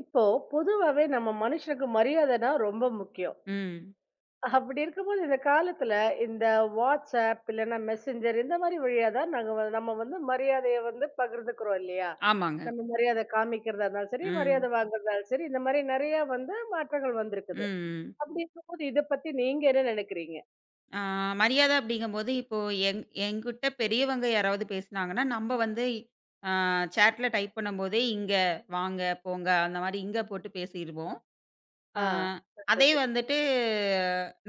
இப்போ பொதுவாவே நம்ம மனுஷனுக்கு மரியாதைனா ரொம்ப முக்கியம். ம். அப்படி இருக்கும்போது இந்த காலத்துல இந்த WhatsApp இல்லன்னா Messenger இந்த மாதிரி வழியா தான் நாங்க வ நம்ம வந்து மரியாதைய வந்து பகிர்ந்துக்கிறோம் இல்லையா? ஆமாங்க. நம்ம மரியாதை காமிக்கிறதா இருந்தாலும் சரி, ம். மரியாதை வாங்குறதா இருந்தாலும் சரி, இந்த மாதிரி நெறைய வந்து மாற்றங்கள் ம், வந்திருக்குது. ம். அப்படி இருக்கும்போது இத பத்தி நீங்க என்ன நினைக்கிறீங்க? ஆ மரியாதை அப்படிங்கும்போது, இப்போ என்கிட்ட பெரியவங்க யாராவது பேசினாங்கன்னா, நம்ம வந்து ஆ சேட்ல டைப் பண்ணும்போதே, "இங்க வாங்க, போங்க" அந்த மாரி இங்க போட்டு பேசிருவோம். ஆ ஆ, அதே நல்லது. வந்துட்டு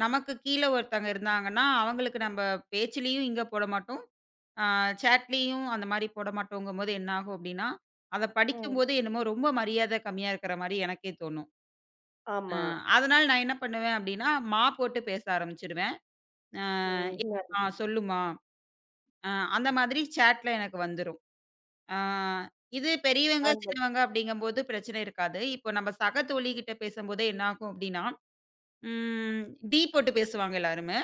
நமக்கு கீழ ஒருத்தவங்க இருந்தாங்கன்னா, அவங்களுக்கு நம்ம பேச்சுலயும் இங்க போட மாட்டோம். ஆ சேட்லயும் அந்த மாரி போட மாட்டோங்கும்போது என்ன ஆகும் அப்படின்னா, அத ம். படிக்கும்போது என்னமோ ரொம்ப மரியாதை கம்மியா இருக்கிற மாரி எனக்கே தோணும். அ ஆமா. அதனால நான் என்ன பண்ணுவேன் அப்டின்னா, "மா" போட்டு பேச ஆரம்பிச்சுருவேன். அ ம். "என்னம்மா? சொல்லுமா?" அ அந்த மாதிரி சேட்ல எனக்கு வந்துரும். அ இது பெரியவங்க, சின்னவங்க அப்படிங்கும்போது பிரச்சனை இருக்காது. இப்போ நம்ம சக தோழிகிட்ட பேசும்போதே என்ன ஆகும் அப்டின்னா, ம் "டி" போட்டு பேசுவாங்க எல்லாருமே.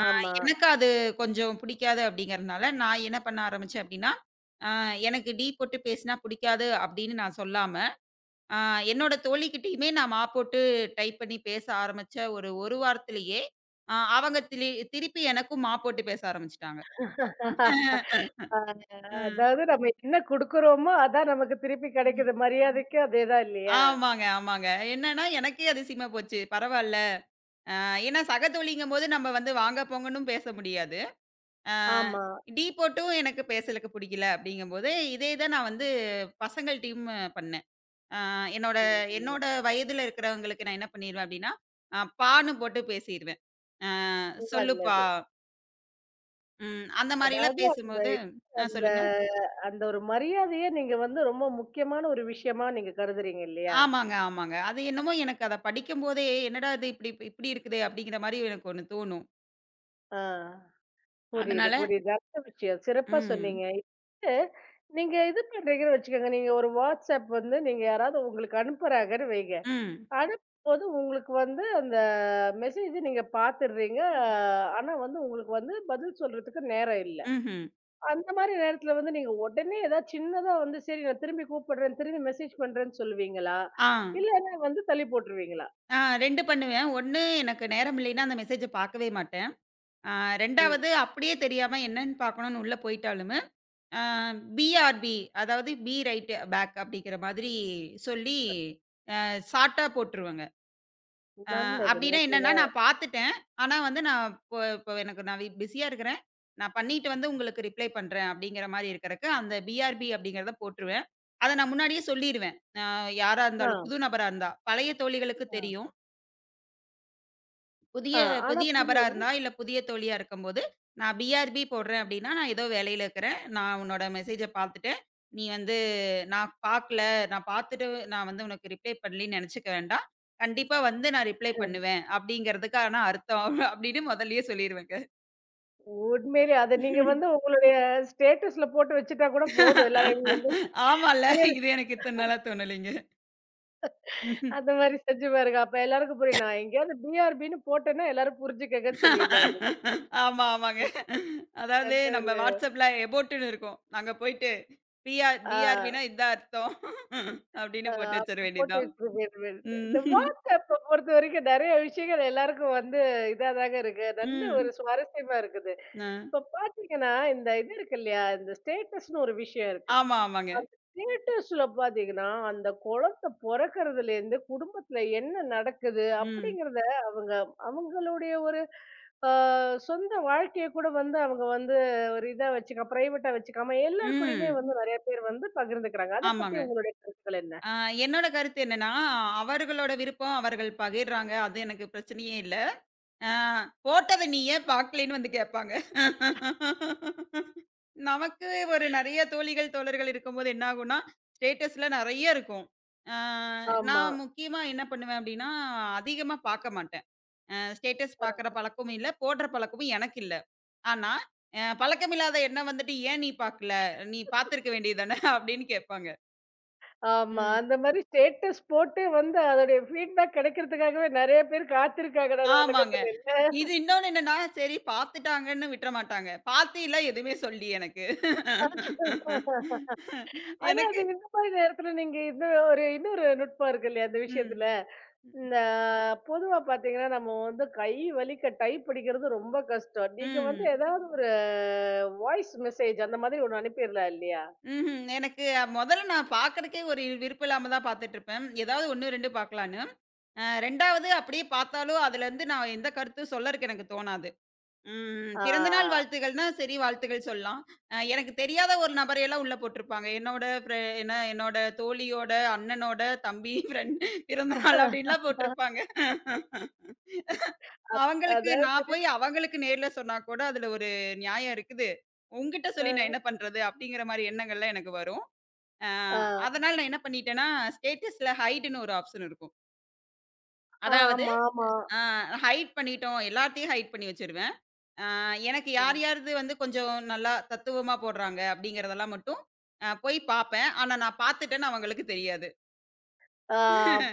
அ ஆமா. எனக்கு அது கொஞ்சம் பிடிக்காது அப்படிங்கிறதுனால, நான் என்ன பண்ண ஆரம்பிச்சேன் அப்டின்னா, அ "எனக்கு 'டி' போட்டு பேசினா பிடிக்காது" அப்படின்னு நான் சொல்லாம ஆ என்னோட தோழிகிட்டயுமே நான் மாப்போட்டு டைப் பண்ணி பேச ஆரம்பிச்ச ஒரு, 1 வாரத்திலேயே, அவங்க திருப்பி எனக்கும் மாப்போட்டு பேச ஆரம்பிச்சுட்டாங்க. ஆமா. அ, அ, ஆ, அ. அதாவது நம்ம என்ன குடுக்குறோமோ, அதான் நமக்கு திருப்பி ம். கிடைக்குது. மரியாதைக்கு அதேதான் இல்லையா? ஆமாங்க, ஆமாங்க. என்னன்னா எனக்கே அதிசயமா போச்சு. பரவால்ல. ஏன்னா சக தோழிங்கும்போது நம்ம வந்து வாங்க, போங்கன்னும் பேச முடியாது. அ ஆமா. டீ போட்டும் எனக்கு பேசலுக்கு புடிக்கல அப்படிங்கும்போது, இதே இத நான் வந்து பசங்கள் டீம் பண்ணேன். அ என்னோட ம். என்னோட வயதுல இருக்கிறவங்களுக்கு நான் என்ன பண்ணிருவேன் அப்படின்னா, பான்னு போட்டு பேசிருவேன். ஆ "சொல்லுப்பா" நல்லது. அந்த மாரிலாம் அதாவது அந்த பேசும்போது அந்த சொல்லுங்க. அந்த ஒரு மரியாதைய நீங்க வந்து ரொம்ப முக்கியமான ஒரு விஷயமா நீங்க கருதுறீங்க இல்லையா? ஆமாங்க, ஆமாங்க. அது என்னமோ எனக்கு அத படிக்கும்போதே, "என்னடா இது இப்டி இப்டி இருக்குதே!" அப்டிங்கிற மாரி எனக்கு ஒண்ணு தோணும். ஆ. புரியுது, அதனால புரியுது. நல்ல விஷயம். சிறப்பா ம். சொன்னீங்க. இது நீங்க இது பண்றீங்கன்னு வச்சுக்கோங்க. நீங்க ஒரு WhatsApp வந்து நீங்க யாராவது உங்களுக்கு அனுப்புறாங்கன்னு வைங்க. ம். அனுப்பும்போது உங்களுக்கு வந்து அந்த மெசேஜ் நீங்க பார்த்துடுறீங்க. ஆனா வந்து உங்களுக்கு வந்து பதில் சொல்றதுக்கு நேரம் இல்ல. ம்ஹ்ம். அந்த மாரி நேரத்துல வந்து நீங்க உடனே ஏதாவது சின்னதா வந்து சரி நான் திரும்பி கூப்பிடுறேன், திரும்பி மெசேஜ் பண்றேன்னு சொல்லுவீங்களா? ஆ. இல்லன்னா வந்து தள்ளி போட்டுருவீங்களா? 2 பண்ணுவேன். 1 எனக்கு நேரம் இல்லைன்னா அந்த மெசேஜ பாக்கவே மாட்டேன். ஆ ம். 2வது அப்டியே தெரியாம என்னன்னு பாக்கணும்னு உள்ள போய்ட்டாலுமே, ஆ பிஆர்பி அதாவது பி ரைட் பேக் அப்டிங்கிற மாதிரி சொல்லி, ஷார்ட்டா போட்டுருவேங்க. அ நல்லது, அப்டின்னா என்னன்னா, நல்லது. நான் பாத்துட்டேன். ஆனா வந்து நான் இப்போ இப்போ எனக்கு நான் பிஸியா இருக்கிறேன். நான் பண்ணிட்டு வந்து உங்களுக்கு ரிப்ளை பண்றேன் அப்டிங்கிற மாரி இருக்கறக்கு, அந்த பிஆர்பி அப்டிங்கிறத போட்டுருவேன். அத நான் முன்னாடியே சொல்லிருவேன். யாரா ஆ, இருந்தாலும், புது நபரா இருந்தா. பழைய தோழிகளுக்கு ஆ. தெரியும். புதிய ஆ, ஆனா புதிய நபரா புரியும். இருந்தா, இல்ல புதிய தோழியா இருக்கும்போது, "நான் BRB போடுறேன் அப்படின்னா, நான் ஏதோ வேலையில இருக்கிறேன். நான் உன்னோட மெசேஜ பார்த்துட்டேன். நீ வந்து நான் பார்க்கல. நான் பார்த்துட்டு நான் வந்து உனக்கு ரிப்ளை பண்ணலின்னு நெனச்சுக்க வேண்டாம். கண்டிப்பா வந்து நான் ரிப்ளை பண்ணுவேன்." அப்படிங்கிறதுக்கான அர்த்தம் அப்படின்னு மொதல்லயே சொல்லிருவேங்க. உண்மையிலே அத நீங்க வந்து உங்களுடைய ஸ்டேட்டஸ்ல போட்டு வச்சுட்டா ஆமால்ல. கூட போதும். எல்லாரும் சரி, இது எனக்கு இத்தன நாளா தோணலைங்க. அந்த மாரி செஞ்சு பாருங்க. அப்ப எல்லாருக்கும் புரியும். நான் எங்கேயாவது பிஆர்பின்னு போட்டேன்னா எல்லாரும் புரிஞ்சுக்கங்கன்னு சொல்லிடலாம் இல்ல. ஆமா, ஆமாங்க. அதாவது நல்ல ஒரு நம்ம WhatsAppல எபோட்ன்னு இருக்கும். அங்க போயிட்டு ஆ, பிஆர்பின்னா இதான் அர்த்தம். அப்படின்னு ஆ, போட்டு வச்சிட அப்படி போட்டு வேண்டியதுதான். வச்சிருப்பேன். இந்த ம். வாட்ஸ்அப்ப பொறுத்தவரைக்கும் நெறைய விஷயங்கள் எல்லாருக்கும் வந்து இதா தாங்க இருக்கு. நல்ல ம். ஒரு சுவாரஸ்யமா இருக்குது. அ. இப்ப பார்த்தீங்கன்னா, இந்த இது இருக்கு இல்லையா? இந்த ஸ்டேட்டஸ்ன்னு ஒரு விஷயம் இருக்கு. ஆமா, ஆமாங்க. அந்த ஸ்டேட்டஸ்ல பார்த்தீங்கன்னா, அந்த குழந்தை பொறக்கறதுலேருந்து குடும்பத்துல என்ன நடக்குது ம். அப்படிங்கிறத, அவங்க அவங்களுடைய ஒரு சொந்த வாழ்க்கைய கூட வந்து அவங்க வந்து ஒரு இதா வச்சுக்க, பிரைவேட்டா வச்சுக்காம எல்லார் கூடயுமே ம். வந்து நிறைய பேர் வந்து பகிர்ந்துக்கிறாங்க. அத பத்தி ஆமாங்க. உங்களுடைய கருத்துக்கள் என்ன? அ என்னோட கருத்து என்னன்னா, அவர்களோட விருப்பம் அவர்கள் பகிர்றாங்க. அது எனக்கு பிரச்சனையே இல்ல. ஆ போட்டத நீ ஏன் பார்க்கலைன்னு வந்து கேட்பாங்க. நமக்கு ஒரு நெறைய தோழிகள், தோழர்கள் இருக்கும்போது என்ன ஆகும்னா, ஸ்டேட்டஸ்ல நெறைய இருக்கும். ஆ ஆமா, நான் முக்கியமா என்ன பண்ணுவேன் அப்டின்னா, அதிகமா பார்க்க மாட்டேன். ஸ்டேட்டஸ் பார்க்குற பழக்கமும் இல்ல, போடுற பழக்கமும் எனக்கு இல்ல. ஆனா, பழக்கமில்லாத என்ன வந்துட்டு, "ஏன் நீ பார்க்கல? நீ பார்த்திருக்க வேண்டியது தானே" அப்டின்னு கேட்பாங்க. ஆமா. ம். அந்த மாரி ஸ்டேட்டஸ் போட்டு வந்து அதோடைய ஃபீட்பேக் கிடைக்கிறதுக்காகவே நிறைய பேர் காத்திருக்காங்கடா இந்த ஆமாங்க. உலகத்துல இல்ல. இது இன்னொன்னு என்னன்னா, சரி பாத்துட்டாங்கன்னு விட்ற மாட்டாங்க. பாத்தியில எதுவுமே சொல்லி எனக்கு. ஆனா எனக்கு அது இந்த மாரி நேரத்துல நீங்க இந்த ஒரு இன்னொரு நுட்பம் இருக்கு இல்லையா அந்த ம். விஷயத்துல? இந்த பொதுவா பார்த்தீங்கன்னா, நம்ம வந்து கை வலிக்க டைப் அடிக்கிறது ரொம்ப கஷ்டம். நீங்க வந்து ம். ஏதாவது ஒரு வாய்ஸ் மெசேஜ் அந்த மாதிரி ஒண்ணு அனுப்பிடலாம் இல்லையா? ம்ஹ்ம். எனக்கு மொதல்ல நான் பாக்கறதுக்கே ஒரு விருப்பம் இல்லாம தான் பாத்துட்டுருப்பேன். ஏதாவது 1, 2 பாக்கலான்னு. 2வது அப்படியே பாத்தாலும் அதுலருந்து நான் எந்த கருத்தும் சொல்லறக்கு எனக்கு தோணாது. ம். பிறந்த நாள் ஆ. வாழ்த்துகள்னா, சரி வாழ்த்துகள் சொல்லலாம். எனக்கு தெரியாத ஒரு நபரையெல்லாம் உள்ள போட்டிருப்பாங்க. என்னோட என்ன என்னோட தோழியோட, அண்ணனோட தம்பி ஃப்ரெண்ட் பிறந்த நாள் அப்படின்லாம் போட்டிருப்பாங்க. அவங்களுக்கு அதாவது நான் போய் அவங்களுக்கு நேர்ல சொன்னா கூட, அதுல ஒரு நியாயம் இருக்குது. உன்கிட்ட சொல்லி நான் என்ன அ. பண்றது? அப்படிங்கிற மாரி எண்ணங்கள்லாம் எனக்கு வரும். அ ஆ. அதனால நான் என்ன பண்ணிட்டேன்னா, ஸ்டேட்டஸ்ல ஹைடுன்னு ஒரு ஆப்ஷன் இருக்கும். அதாவது, ஆமா, ஆமா. அ ஹைட் பண்ணிட்டோம். எல்லாத்தையும் ஹைட் பண்ணி வச்சிருவேன். ஆ எனக்கு யார் யாருது வந்து கொஞ்சம் நல்லா தத்துவமா போடுறாங்க அப்படிங்கிறதெல்லாம் மட்டும் போய் பார்ப்பேன். ஆனா நான் பார்த்துட்டேன்னு அவங்களுக்கு தெரியாது. ஆ,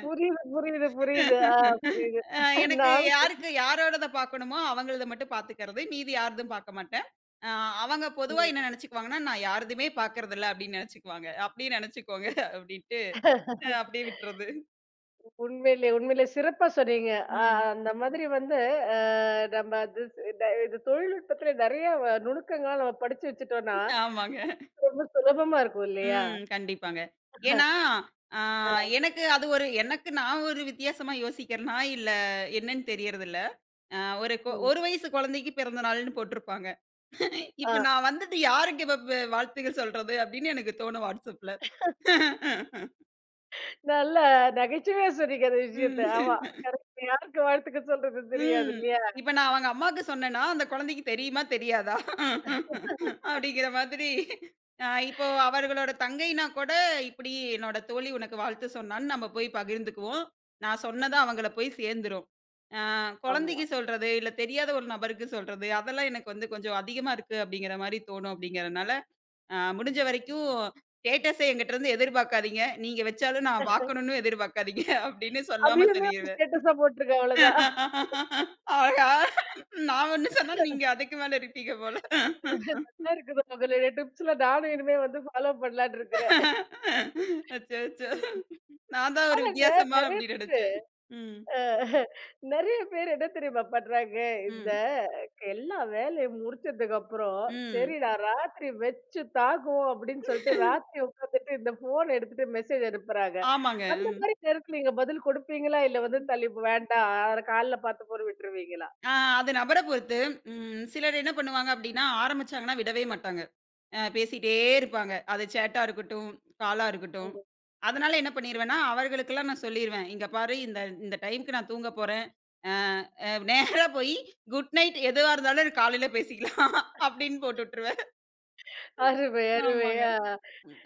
புரியுது, புரியுது, புரியுது. ஆ, புரியுது. எனக்கு நான் யாருக்கு யாரோடத பார்க்கணுமோ அவங்களத மட்டும் பார்த்துக்கிறது. மீதி யாருதும் பார்க்க மாட்டேன். அ அவங்க பொதுவா என்ன ம். நினைச்சுக்குவாங்கன்னா, நான் யாருதுமே பார்க்கறதில்ல அப்படின்னு நினைச்சுக்குவாங்க. அப்படியே நினைச்சுக்கோங்க அப்படின்ட்டு அப்படியே விட்டுறது. உண்மையிலே உண்மையிலே சிறப்பா சொன்னீங்க. அ ம். அந்த மாதிரி வந்து அ நம்ம அது இந்த இது தொழில்நுட்பத்துல நெறைய நுணுக்கங்கள நம்ம படிச்சு வச்சுட்டோம்னா, ஆமாங்க. ரொம்ப சுலபமா இருக்கும் இல்லையா? ம். கண்டிப்பாங்க. ஏன்னா, ஆ எனக்கு அது ஒரு எனக்கு நான் ஒரு வித்தியாசமா யோசிக்கிறேனா, இல்ல என்னன்னு தெரியறதில்ல. ஒரு ம். ஒரு வயசு குழந்தைக்கு பிறந்த நாள்ன்னு போட்டிருப்பாங்க. ஆ, இப்ப நான் வந்துட்டு யாருக்கு இப்ப வாழ்த்துகள் சொல்றது அப்படின்னு எனக்கு தோணும் WhatsAppல. நல்ல நகைச்சுவையா சொன்னீங்க அந்த விஷயத்த. ஆமா. ம். கரெக்ட். யாருக்கு வாழ்த்துக்கள் சொல்றது தெரியாது ம். இல்லையா? இப்ப நான் அவங்க அம்மாக்கு சொன்னேன்னா, அந்த குழந்தைக்கு தெரியுமா? தெரியாதா? அப்படிங்கிற மாதிரி இப்போ அவர்களோட தங்கைனா கூட, இப்படி என்னோட தோழி உனக்கு வாழ்த்து சொன்னான்னு நம்ம போய் பகிர்ந்துக்குவோம். நான் சொன்னது அவங்கள போய் சேர்ந்துரும். ஆ ஆமா. குழந்தைக்கு சொல்றது, இல்ல தெரியாத ஒரு நபருக்கு சொல்றது, அதெல்லாம் எனக்கு வந்து கொஞ்சம் அதிகமா இருக்கு அப்படிங்கிற மாரி தோணும் அப்படிங்கிறனால, முடிஞ்ச வரைக்கும் ஸ்டேட்டஸ என்கிட்ட இருந்து எதிர்பார்க்காதீங்க. நீங்க வச்சாலும் நான் பார்க்கணும்னு எதிர்பார்க்காதீங்க அப்படின்னு சொல்லாம அதையுமே ஒரு சொல்லிருவேன். ஸ்டேட்டஸா போட்டுருங்க அவ்வளோதான். ஆஹா! நான் ஒண்ணு சொன்னா நீங்க அதுக்கு மேல இருப்பீங்க போல. நல்லா இருக்குது உங்களுடைய டிப்ஸ்லாம் நானும் இனிமே வந்து ஃபாலோ பண்ணலான்னு இருக்கிறேன். அச்சோ! அச்சோ! நான் தான் ஒரு ஆனாங்க வித்தியாசமா நெறைய அப்படி நினைச்சேன். ம். அ நெறைய பேர் என்ன தெரியுமா பண்றாங்க? இந்த ம். எல்லா வேலையும் முடிச்சதுக்கப்புறம், ம். "சரி நான் ராத்திரி வச்சு தாக்குவோம்" அப்படின்னு சொல்லிட்டு ராத்திரி உட்காந்துட்டு இந்த ஃபோன் எடுத்துட்டு மெசேஜ் அனுப்புறாங்க. ஆமாங்க. அந்த மாரி நேரத்துல நீங்க பதில் குடுப்பீங்களா? இல்ல வந்து தள்ளி வேண்டாம் காலைல பார்த்துப்போன்னு விட்டுருவீங்களா? ஆ அது நபர பொறுத்து. சிலர் என்ன பண்ணுவாங்க அப்படின்னா, ஆரம்பிச்சாங்கன்னா விடவே மாட்டாங்க. பேசிட்டே இருப்பாங்க. அது சேட்டா இருக்கட்டும், காலா இருக்கட்டும். ம். அதனால என்ன பண்ணிருவேன்னா, அவர்களுக்கெல்லாம் நான் சொல்லிருவேன். "இங்க பாரு இந்த இந்த டைம்க்கு நான் தூங்க போறேன். அ அ நேரா போயி குட் நைட் எதுவா இருந்தாலும் காலையில பேசிக்கலாம்." அப்படின்னு போட்டு விட்டுருவேன். அருமை, அருமை. ஆமாங்க. ஆ,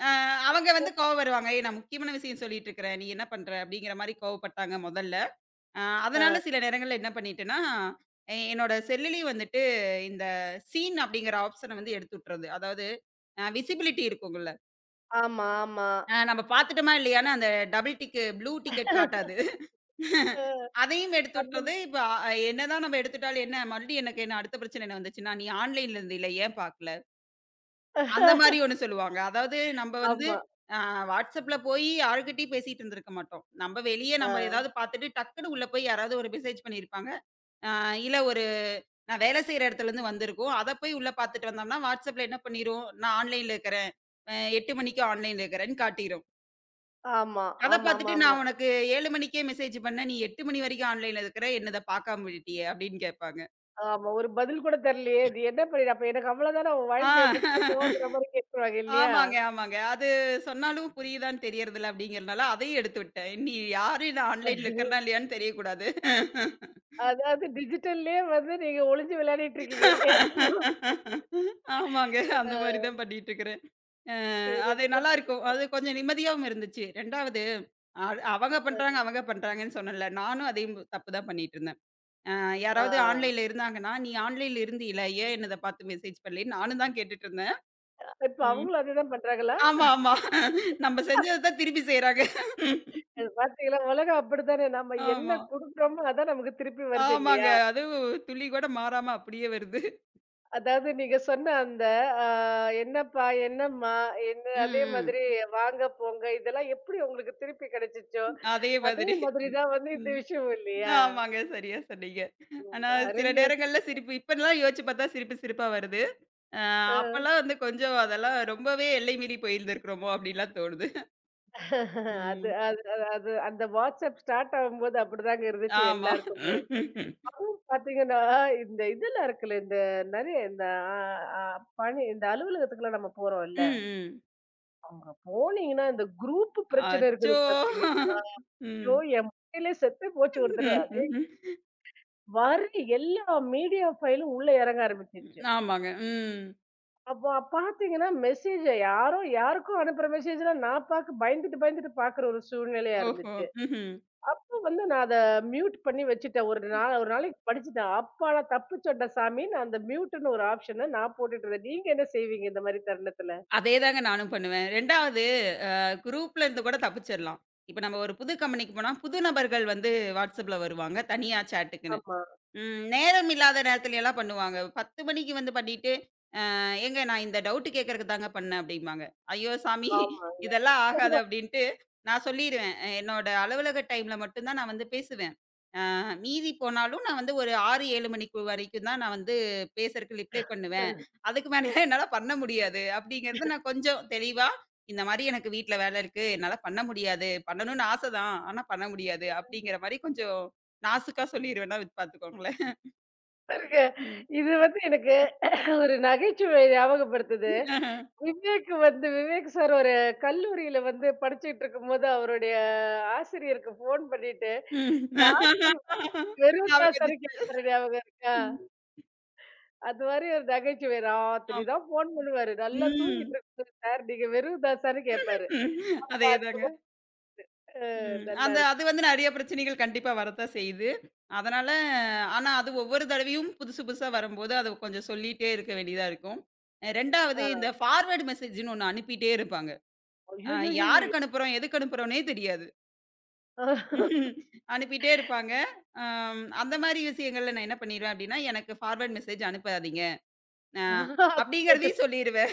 அ அவங்க வந்து கோவம் வருவாங்க. "ஏய் நான் முக்கியமான விஷயம் சொல்லிட்டு இருக்கிறேன். நீ என்ன பண்ற?" அப்படிங்கிற மாரி கோவப்பட்டாங்க முதல்ல. அ அதனால ஆ. சில நேரங்கள்ல என்ன பண்ணிட்டேன்னா, என்னோட செல்லுலயும் வந்துட்டு இந்த சீன் அப்படிங்கிற ஆப்ஷன வந்து எடுத்து விட்டுறது. அதாவது விசிபிலிட்டி இருக்குங்கல்ல ஆமா, ஆமா. நம்ம பாத்துட்டோமா இல்லையான்னு அந்த டபுள் டிக்கு ப்ளூ டிக்கெட் காட்டாது. அ அதையும் எடுத்து அது விட்டுறது. இப்ப என்னதான் நம்ம எடுத்துட்டாலும் என்ன மறுபடியும் எனக்கு என்ன அடுத்த பிரச்சனை என்ன வந்துச்சுன்னா, "நீ ஆன்லைன்ல இருந்தீல ஏன் பாக்கல?" அந்த மாரி ஒண்ணு சொல்லுவாங்க. அதாவது நம்ப வந்து ஆமா. அ WhatsAppல போய் யார்கிட்டயும் பேசிட்டு இருந்திருக்க மாட்டோம். நம்ப வெளிய நம்ம ஆ. ஏதாவது பாத்துட்டு டக்குன்னு உள்ள போய் யாராவது ஒரு மெசேஜ் பண்ணியிருப்பாங்க. அ இல்ல ஒரு நான் வேலை செய்ற இடத்துலருந்து வந்திருக்கும். அத போய் உள்ள பாத்துட்டு வந்தோம்னா, WhatsAppல என்ன பண்ணிரும், "நான் ஆன்லைன்ல இருக்கிறேன். அ 8 மணிக்கு ஆன்லைன்ல இருக்கிறேன்னு" காட்டிரும். ஆமா. அத பாத்துட்டு ஆமாமாமா. ஆமா. நான் உனக்கு 7 மணிக்கே மெசேஜ் பண்ணேன். நீ 8 மணி வரைக்கும் ஆன்லைன்ல இருக்கிற. என்னத பாக்காம விட்டுட்டியே! அப்டின்னு கேட்பாங்க. ஆமா, ஆமா, ஒரு பதில் கூட தெரியலையே! இது என்ன பண்ணிரு அப்ப எனக்கு அவ்வளதானா உன் வாழ்க்கை ஆ முக்கியத்துவங்கிற மாரி கேட்டுருவாங்க இல்லையா? ஆமாங்க, ஆமாங்க. அது சொன்னாலும் புரியுதான்னு தெரியறதில்ல அப்டிங்கிறனால அதையும் எடுத்து விட்டேன். நீ யாரு நான் ஆன்லைன்ல இருக்கிறனா இல்லையான்னு தெரியக்கூடாது. அதாவது டிஜிட்டல்லயே வந்து நீங்க ஒளிஞ்சு விளையாடிட்டு இருக்கீங்க இல்லையா? ஆமாங்க. அந்த மாரி தான் பண்ணிட்டு இருக்கிறேன். அ அது சிறப்பா நல்லாருக்கும். சொன்னீங்க. அது கொஞ்சம் நிம்மதியாவும் இருந்துச்சு. 2வது அ அவங்க பண்றாங்க அவங்க பண்றாங்கன்னு சொன்னேன்ல. நானும் அதே தப்பு தான் பண்ணிட்டு இருந்தேன். ஆ. யாராவது ஆன்லைன்ல இருந்தாங்கன்னா, "நீ ஆன்லைன்ல இருந்தீல, ஏன் என்னத பார்த்து மெசேஜ் பண்ணலன்னு?" நானும் தான் கேட்டுட்டுருந்தேன். இப்ப ம். அவங்களும் அதேதான் பண்றாங்களா? ஆமா, ஆமா. நம்ப செஞ்சத தான் திருப்பி செய்றாங்க. அது பார்த்தீங்களா? உலகம் அப்படித்தானே. நம்ம என்ன ஆமா. குடுக்குறோமோ, அதான் நமக்கு திருப்பி வருது ஆமாங்க. இல்லையா? அதுவும் துளி கூட மாறாம அப்படியே வருது. அதாவது நீங்க சொன்ன அந்த ஆ, என்னப்பா, என்னம்மா, என்ன ம். அதே ம். மாதிரி வாங்க, போங்க இதெல்லாம் எப்படி உங்களுக்கு திருப்பி கிடைச்சுச்சோ, அதே அதே மாதிரி. மாதிரி ம். தான் வந்து இந்த ம். விஷயமும் இல்லையா? ஆமாங்க. சரியா சொன்னீங்க. ஆனா சில அருமையா நேரங்கள்ல சொன்னீங்க. சிரிப்பு இப்பலாம் யோசிச்சு பார்த்தா சிரிப்பு சிரிப்பா வருது. அ ஆ. அப்பலாம் வந்து கொஞ்சம் அதெல்லாம் ரொம்பவே எல்லை மீறி போயிருந்திருக்கிறோமோ! அப்படின்லாம் தோணுது. அது ம். அது அது அது அந்த WhatsApp ஸ்டார்ட் ஆகும்போது அப்படிதாங்க இருந்துச்சு ஆமா. எல்லாருக்குமே. அதுவும் பாத்தீங்கன்னா, இந்த இதெல்லாம் இருக்குல்ல, இந்த நெறைய இந்த ஆ, ஆ, பணி இந்த அலுவலகத்துக்குலாம் நம்ம போறோம்ல, ம், ம். அங்க போனீங்கன்னா இந்த குரூப் பிரச்சனை அச்சோ! இருக்குது பாத்தீங்கன்னா, ஐயோ! ம். என் மண்டையிலே செத்து போச்சு ஒரு தடவ. ம்ஹ்ம். வர்ற எல்லா மீடியா ஃபைலும் உள்ள இறங்க ஆரம்பிச்சிருச்சு. ஆமாங்க. ம். அப்போ பாத்தீங்கன்னா, மெசேஜ யாரோ யாருக்கோ அனுப்புற மெசேஜ்லாம் நான் பாக்க பயந்துட்டு, பயந்துட்டு பாக்குற ஒரு சூழ்நிலையா ஓஹோ! இருந்துச்சு. ம்ஹ்ம். அப்ப வந்து நான் அத மியூட் பண்ணி வச்சுட்டேன். ஒரு நாள் ஒரு நாளைக்கு படிச்சுட்டேன். அப்பாடா தப்பிச்சோன்டா சாமின்னு அந்த மியூட்ன்னு ஒரு ஆப்ஷன நான் போட்டுட்டு இருந்தேன். நீங்க என்ன செய்வீங்க இந்த மாரி தருணத்துல? அதேதாங்க நானும் பண்ணுவேன். 2வது அ குரூப்ல இருந்து கூட தப்பிச்சிரலாம். இப்ப நம்ம ஒரு புது கம்பெனிக்கு போனா, புது நபர்கள் வந்து WhatsAppல வருவாங்க, தனியா சேட்டுக்குன்னு. ஆமா, நேரம் இல்லாத நேரத்துலலாம் பண்ணுவாங்க. 10 மணிக்கு வந்து பண்ணிட்டு, ஏங்க நான் இந்த டவுட் கேட்கறக்கு தாங்க பண்ணேன்" அப்படிம்பாங்க. ஐயோ சாமி! ஆமாங்க. இதெல்லாம் ஆகாது அப்படின்ட்டு நான் சொல்லிருவேன். என்னோட அலுவலக டைம்ல மட்டும் தான் நான் வந்து பேசுவேன். மீதி போனாலும் நான் வந்து ஒரு 6, 7 மணிக்கு வரைக்கும் தான் நான் வந்து பேசுறதுக்கு ரிப்ளை பண்ணுவேன். அதுக்கு மேலலாம் என்னால பண்ண முடியாது. அப்படிங்கிறது நான் கொஞ்சம் தெளிவா, இந்த மாரி எனக்கு வீட்ல வேலை இருக்கு. என்னால பண்ண முடியாது. பண்ணணும்னு ஆசை தான். ஆனா பண்ண முடியாது. அப்படிங்கிற மாரி கொஞ்சம் நாசூக்கா சொல்லிருவேன்னா வச்சு பாத்துக்கோங்களேன். பாருங்க, ம். இது வந்து எனக்கு ஒரு நகைச்சுவைய ஞாபகப்படுத்துது. ஆஹ. விவேக் வந்து விவேக் சார் ஒரு கல்லூரியில வந்து படிச்சுட்டு இருக்கும்போது, அவருடைய ஆசிரியருக்கு ஃபோன் பண்ணிட்டு, ம். ராத்திரி அவங்க வெறும்தாசன் கேப்பாரு ஞாபகம் இருக்கா? ம். அது மாரி ஒரு நகைச்சுவை. ராத்திரி ஆமா. தான் ஃபோன் பண்ணுவாரு. நல்லா ம். தூங்கிட்டு இருக்கேன் சார், நீங்க வெறும்தாசான்னு கேட்பாரு. பாட்டு அதேதாங்க. ம். நல்லா அந்த இருக்கும். அது வந்து நெறைய பிரச்சனைகள் கண்டிப்பா வரத்தான் செய்யுது. அதனால ஆனா அது ஒவ்வொரு தடவையும் புதுசு புதுசா வரும்போது, அத கொஞ்சம் சொல்லிட்டே இருக்க வேண்டியதா இருக்கும். 2வது ஆ. இந்த ஃபார்வர்ட் மெசேஜ்ன்னு ஒண்ணு அனுப்பிட்டே இருப்பாங்க. அ ஐய்யய்யய்யய்யோ! யாருக்கு அனுப்புறோம், எதுக்கு அனுப்புறோம்னே தெரியாது. அனுப்பிட்டே இருப்பாங்க. அந்த மாரி விஷயங்கள்ல நான் என்ன பண்ணிருவேன் அப்டின்னா, எனக்கு ஃபார்வர்ட் மெசேஜ் அனுப்பாதீங்க. அ அது கேட்டுச்சு. அப்டிங்கிறதையும் சொல்லிருவேன்.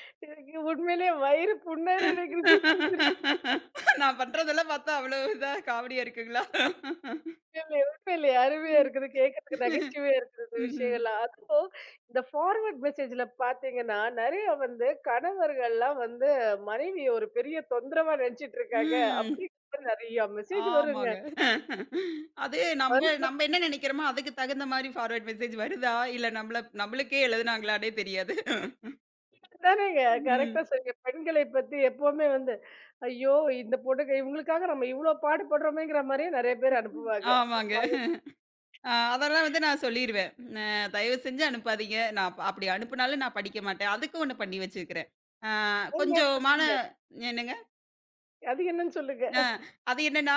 எனக்கு உண்மையிலேயே வயிறு புண்ணாயிர எனக்கு சிரிச்சு சிரிச்சு நான் பண்றதெல்லாம் பார்த்தா அவ்வளோ இதா காமெடியா இருக்குங்களா? உண்மையிலே, உண்மையிலே அருமையா ம். இருக்குது. கேட்கறதுக்கு நகைச்சுவையா இருக்குது இந்த ம்ஹ்ம். விஷயங்கள்லாம். அதுவும் இந்த ஃபார்வர்ட் மெசேஜ்ல பார்த்தீங்கன்னா, நெறைய வந்து கணவர்கள்லாம் வந்து மனைவிய ஒரு பெரிய தொந்தரவா நெனச்சுட்டு இருக்காங்க. ம். அப்படிங்கிற மாரி நெறைய மெசேஜ் வருங்க. ஆமாங்க. அது நம்ப நம்ப வருத்தப்பட்டு என்ன நெனைக்கிறோமோ, அதுக்கு தகுந்த மாரி ஃபார்வர்ட் மெசேஜ் வருதா? இல்ல நம்மள நம்மளுக்கே எழுதுனாங்களான்னே தெரியாது. தானேங்க ம். கரெக்ட்டா சொன்னீங்க. பெண்களை பத்தி எப்பவுமே வந்து, ஐயோ! இந்த பொண்ணுங்க இவங்களுக்காக நம்ம இவ்ளோ பாடுபடுறோமேங்கிற மாரியே நெறைய பேர் அனுப்புவாங்க. ஆமாங்க. அதெல்லாம் வந்து நான் சொல்லிருவேன். "அ தயவு செஞ்சு அனுப்பாதீங்க. நான் அப்படி அனுப்புனாலும் நான் படிக்க மாட்டேன்." அதுக்கு ஒண்ணு பண்ணி வச்சிருக்கிறேன். அ நீங்க கொஞ்சமான பாத்தீங்க, என்னங்க? அது என்னன்னு சொல்லுங்க? அ அது என்னன்னா,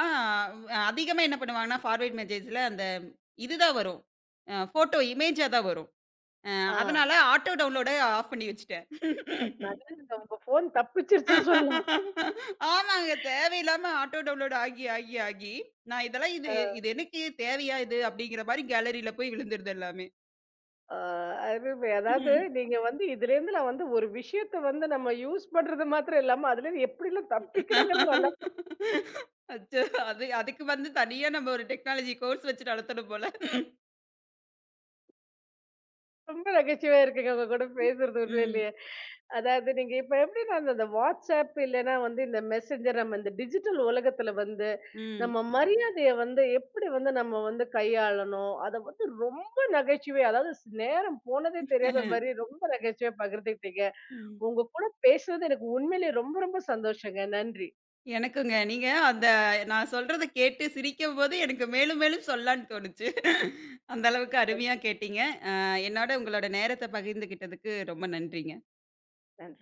அதிகமா என்ன பண்ணுவாங்கன்னா, ஃபார்வர்ட் மெசேஜ்ல அந்த இதுதான் வரும். ஃபோட்டோ இமேஜா தான் வரும். அ ஆ. அதனால ஆட்டோ டவுன்லோட ஆஃப் பண்ணி வச்சுட்டேன். நல்லது, உங்க ஃபோன் தப்பிச்சிருச்சுன்னு சொல்லலாம். ஆமாங்க. தேவையில்லாம ஆட்டோ டவுன்லோட் ஆகி, ஆகி, ஆகி நான் இதெல்லாம் இது இது எனக்கு தேவையா இது? அப்படிங்கிற மாரி கேலரியில போய் விழுந்துருது எல்லாமே. ஆ, அருமை. அதாவது ம். நீங்க வந்து இதுலேருந்து நான் வந்து ஒரு விஷயத்த வந்து நம்ம யூஸ் பண்றது மாத்திரம் இல்லாம அதுலேருந்து எப்படிலாம் தப்பிக்கிறோங்கிறது நல்லா அச்சோ! அது அதுக்கு வந்து தனியா நம்ம ஒரு டெக்னாலஜி கோர்ஸ் வச்சு நடத்தணும் போல. ரொம்ப நகைச்சுவையா இருக்குங்க உங்க கூட பேசுறது ம். உண்மையிலேயே. அதாவது நீங்க இப்ப எப்படி நான் அந்த வாட்ஸ்அப் இல்லைன்னா வந்து இந்த மெசேஞ்சர் நம்ம இந்த டிஜிட்டல் உலகத்துல வந்து ம். நம்ம மரியாதையை வந்து எப்படி வந்து நம்ம வந்து கையாளணும் அதை வந்து ரொம்ப நகைச்சுவை அதாவது நேரம் போனதே தெரியாத மாதிரி ரொம்ப நகைச்சுவை பகிர்ந்துக்கிட்டீங்க. ம். உங்க கூட பேசுறது எனக்கு உண்மையிலேயே ரொம்ப ரொம்ப சந்தோஷங்க. நன்றி, எனக்குங்க. நீங்க அந்த நான் சொல்றத கேட்டு சிரிக்கும்போது எனக்கு மேலும், மேலும் சொல்லலான்னு தோணுச்சு. அந்த அளவுக்கு அருமையா கேட்டீங்க. என்னோட உங்களோட நேரத்த பகிர்ந்துகிட்டதுக்கு ரொம்ப நன்றிங்க. நன்றி.